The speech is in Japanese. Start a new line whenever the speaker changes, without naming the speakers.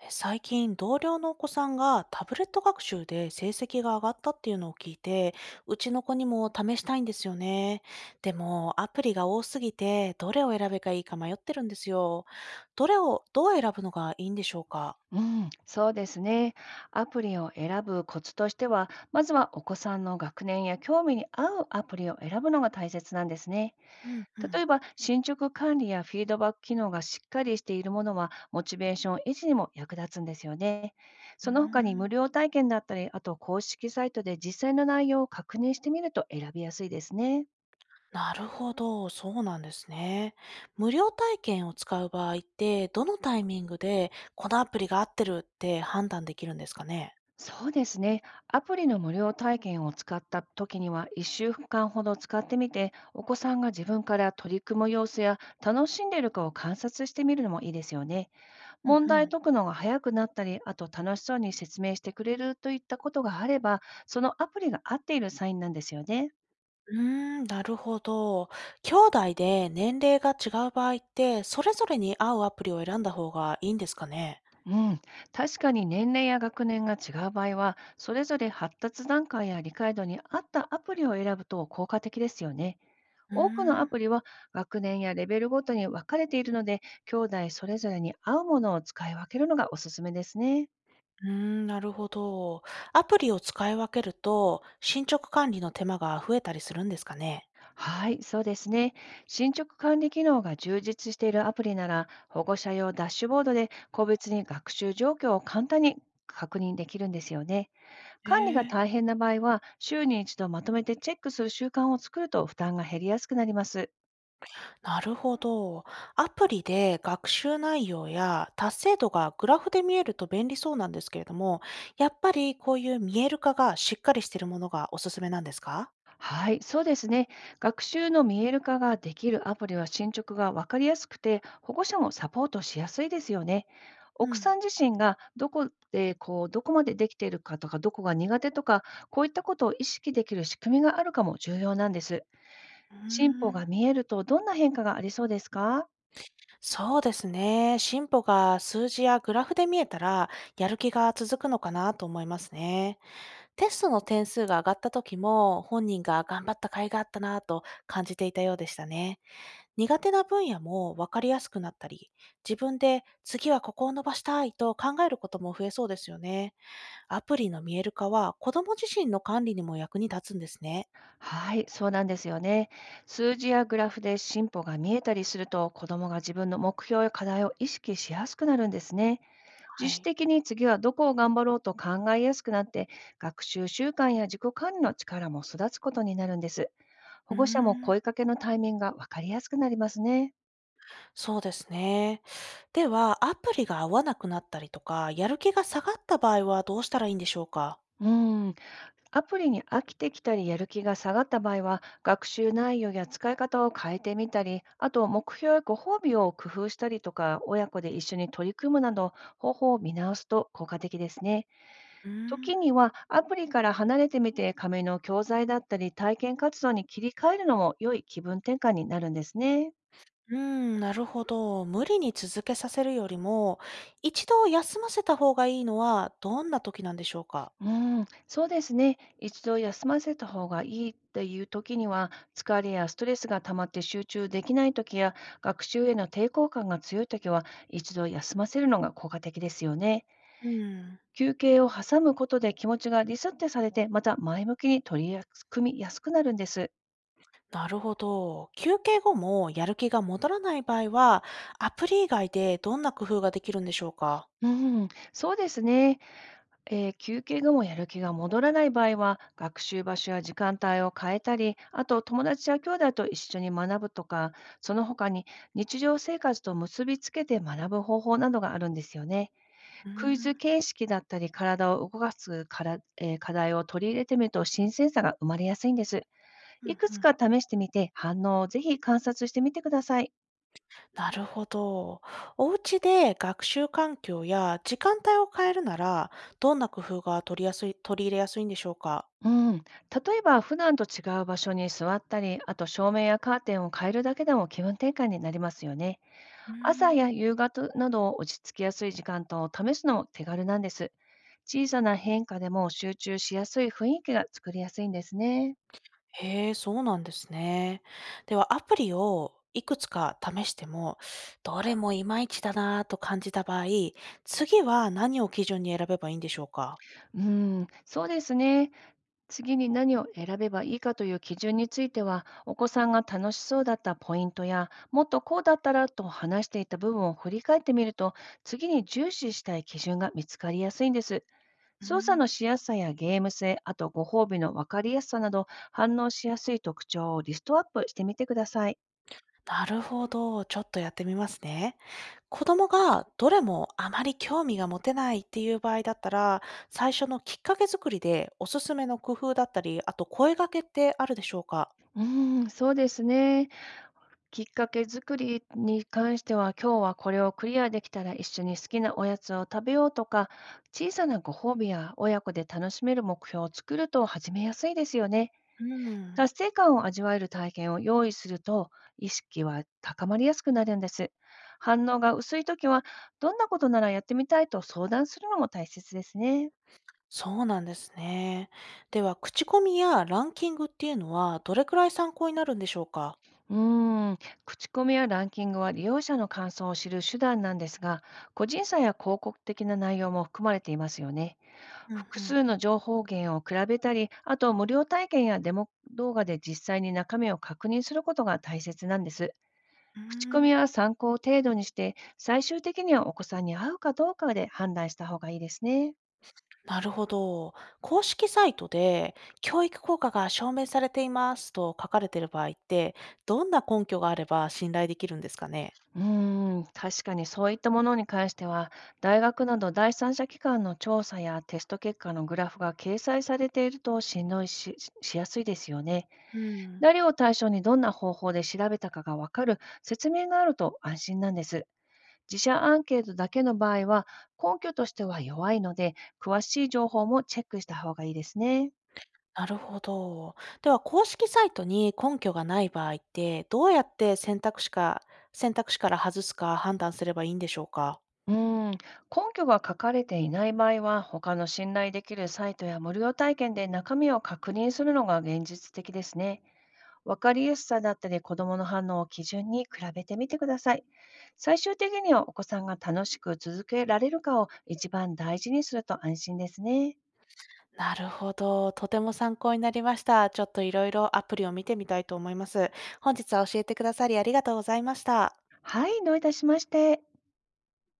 最近、同僚のお子さんがタブレット学習で成績が上がったっていうのを聞いて、うちの子にも試したいんですよね。でも、アプリが多すぎて、どれを選べばいいか迷ってるんですよ。どれを、どう選ぶのがいいんでしょうか？
うん、そうですね。アプリを選ぶコツとしては、まずはお子さんの学年や興味に合うアプリを選ぶのが大切なんですね。
うんう
例
ん。
えば、進捗管理やフィードバック機能がしっかりしているものは、モチベーション維持にも役立つんですよね。
うー
その他に無
ん、
料体験だったり、あと公式サイトで実際の内容を確認してみると選びやすいですね。
なるほど、そうなんですね。無料体験を使う場合って、どのタイミングで、このアプリが合ってるって判断できるんですかね？
そうですね。アプリの無料体験を使った時には、1週間ほど使ってみて、お子さんが自分から取り組む様子や楽しんでいるかを観察してみるのもいいですよね。
うん
問
う
題
ん。
解くのが早くなったり、あと楽しそうに説明してくれるといったことがあれば、そのアプリが合っているサインなんですよね。
うーん、なるほど。兄弟で年齢が違う場合って、それぞれに合うアプリを選んだ方がいいんですかね？
うん、確かに年齢や学年が違う場合は、それぞれ発達段階や理解度に合ったアプリを選ぶと効果的ですよね。
うー
多くの
ん、
アプ
う
リは学年やレベルごとに分かれているので、兄弟それぞれに合うものを使い分けるのがおすすめですね。
ーん、なるほど。アプリを使い分けると、進捗管理の手間が増えたりするんですかね？
はい、そうですね。進捗管理機能が充実しているアプリなら、保護者用ダッシュボードで個別に学習状況を簡単に確認できるんですよね。
へ
管理が
え、
大変な場合は、週に一度まとめてチェックする習慣を作ると負担が減りやすくなります。
なるほど。アプリで学習内容や達成度がグラフで見えると便利そうなんですけれども、やっぱりこういう見える化がしっかりしているものがおすすめなんですか？
はい、そうですね。学習の見える化ができるアプリは進捗が分かりやすくて、保護者もサポートしやすいですよね。
う
奥
ん、
さん自身がどこでこうどこまでできているかとか、どこが苦手とか、こういったことを意識できる仕組みがあるかも重要なんです。
うー
進歩
ん。
が見えるとどんな変化がありそうですか？
そうですね。進歩が数字やグラフで見えたら、やる気が続くのかなと思いますね。テストの点数が上がった時も、本人が頑張った甲斐があったなと感じていたようでしたね。苦手な分野も分かりやすくなったり、自分で次はここを伸ばしたいと考えることも増えそうですよね。アプリの見える化は、子供自身の管理にも役に立つんですね。
はい、そうなんですよね。数字やグラフで進歩が見えたりすると、子どもが自分の目標や課題を意識しやすくなるんですね。
は
自主
い。
的に次はどこを頑張ろうと考えやすくなって、学習習慣や自己管理の力も育つことになるんです。保
う
護者も
ーん。
声かけのタイミングが分かりやすくなりますね。
そうですね。では、アプリが合わなくなったりとか、やる気が下がった場合はどうしたらいいんでしょうか？
うん、アプリに飽きてきたりやる気が下がった場合は、学習内容や使い方を変えてみたり、あと目標やご褒美を工夫したりとか、親子で一緒に取り組むなど方法を見直すと効果的ですね。
うーん。
時にはアプリから離れてみて、紙の教材だったり体験活動に切り替えるのも良い気分転換になるんですね。
うーん、なるほど。無理に続けさせるよりも、一度休ませた方がいいのはどんな時なんでしょうか？
うん、そうですね。一度休ませた方がいいっていう時には、疲れやストレスが溜まって集中できない時や、学習への抵抗感が強い時は、一度休ませるのが効果的ですよね。
うーん、
休憩を挟むことで気持ちがリセットされて、また前向きに取り組みやすくなるんです。
なるほど。休憩後もやる気が戻らない場合は、アプリ以外でどんな工夫ができるんでしょうか？
うん、そうですね。休憩後もやる気が戻らない場合は、学習場所や時間帯を変えたり、あと友達や兄弟と一緒に学ぶとか、その他に日常生活と結びつけて学ぶ方法などがあるんですよね。
うー
クイズ
ん。
形式だったり、体を動かすから、課題を取り入れてみると新鮮さが生まれやすいんです。
う
い
ん
くつ
うん。
か試してみて、反応をぜひ観察してみてください。
なるほど。お家で学習環境や時間帯を変えるなら、どんな工夫が取りやすい、取り入れやすいんでしょうか？
うん、例えば普段と違う場所に座ったり、あと照明やカーテンを変えるだけでも気分転換になりますよね。
うー
朝
ん。
や夕方など落ち着きやすい時間と試すのも手軽なんです。小さな変化でも集中しやすい雰囲気が作りやすいんですね。
へえ、そうなんですね。では、アプリをいくつか試しても、どれもいまいちだなぁと感じた場合、次は何を基準に選べばいいんでしょうか？
うん、そうですね。次に何を選べばいいかという基準については、お子さんが楽しそうだったポイントや、もっとこうだったらと話していた部分を振り返ってみると、次に重視したい基準が見つかりやすいんです。
うー
操作の
ん。
しやすさやゲーム性、あとご褒美の分かりやすさなど、反応しやすい特徴をリストアップしてみてください。
なるほど。ちょっとやってみますね。子供がどれもあまり興味が持てないっていう場合だったら、最初のきっかけ作りでおすすめの工夫だったり、あと声掛けってあるでしょうか？
うーん、そうですね。きっかけ作りに関しては、今日はこれをクリアできたら一緒に好きなおやつを食べようとか、小さなご褒美や親子で楽しめる目標を作ると始めやすいですよね。
うーん、
達成感を味わえる体験を用意すると、意識は高まりやすくなるんです。反応が薄いときは、どんなことならやってみたいと相談するのも大切ですね。
そうなんですね。では、口コミやランキングっていうのはどれくらい参考になるんでしょうか？
うーん、口コミやランキングは利用者の感想を知る手段なんですが、個人差や広告的な内容も含まれていますよね。
うん
複
う
数
ん。
の情報源を比べたり、あと無料体験やデモ動画で実際に中身を確認することが大切なんです。
うー
口コミ
ん、
は参考程度にして、最終的にはお子さんに合うかどうかで判断した方がいいですね。
なるほど。公式サイトで教育効果が証明されていますと書かれている場合って、どんな根拠があれば信頼できるんですかね？
うーん、確かにそういったものに関しては、大学など第三者機関の調査やテスト結果のグラフが掲載されていると信頼ししやすいですよね。
うん。
誰を対象にどんな方法で調べたかがわかる説明があると安心なんです。自社アンケートだけの場合は、根拠としては弱いので、詳しい情報もチェックした方がいいですね。
なるほど。では、公式サイトに根拠がない場合って、どうやって選択肢から外すか判断すればいいんでしょうか？
うーん、根拠が書かれていない場合は、他の信頼できるサイトや無料体験で中身を確認するのが現実的ですね。わかりやすさだったり子どもの反応を基準に比べてみてください。最終的にはお子さんが楽しく続けられるかを一番大事にすると安心ですね。
なるほど、とても参考になりました。ちょっといろいろアプリを見てみたいと思います。本日は教えてくださりありがとうございました。
はい、どういたしまして。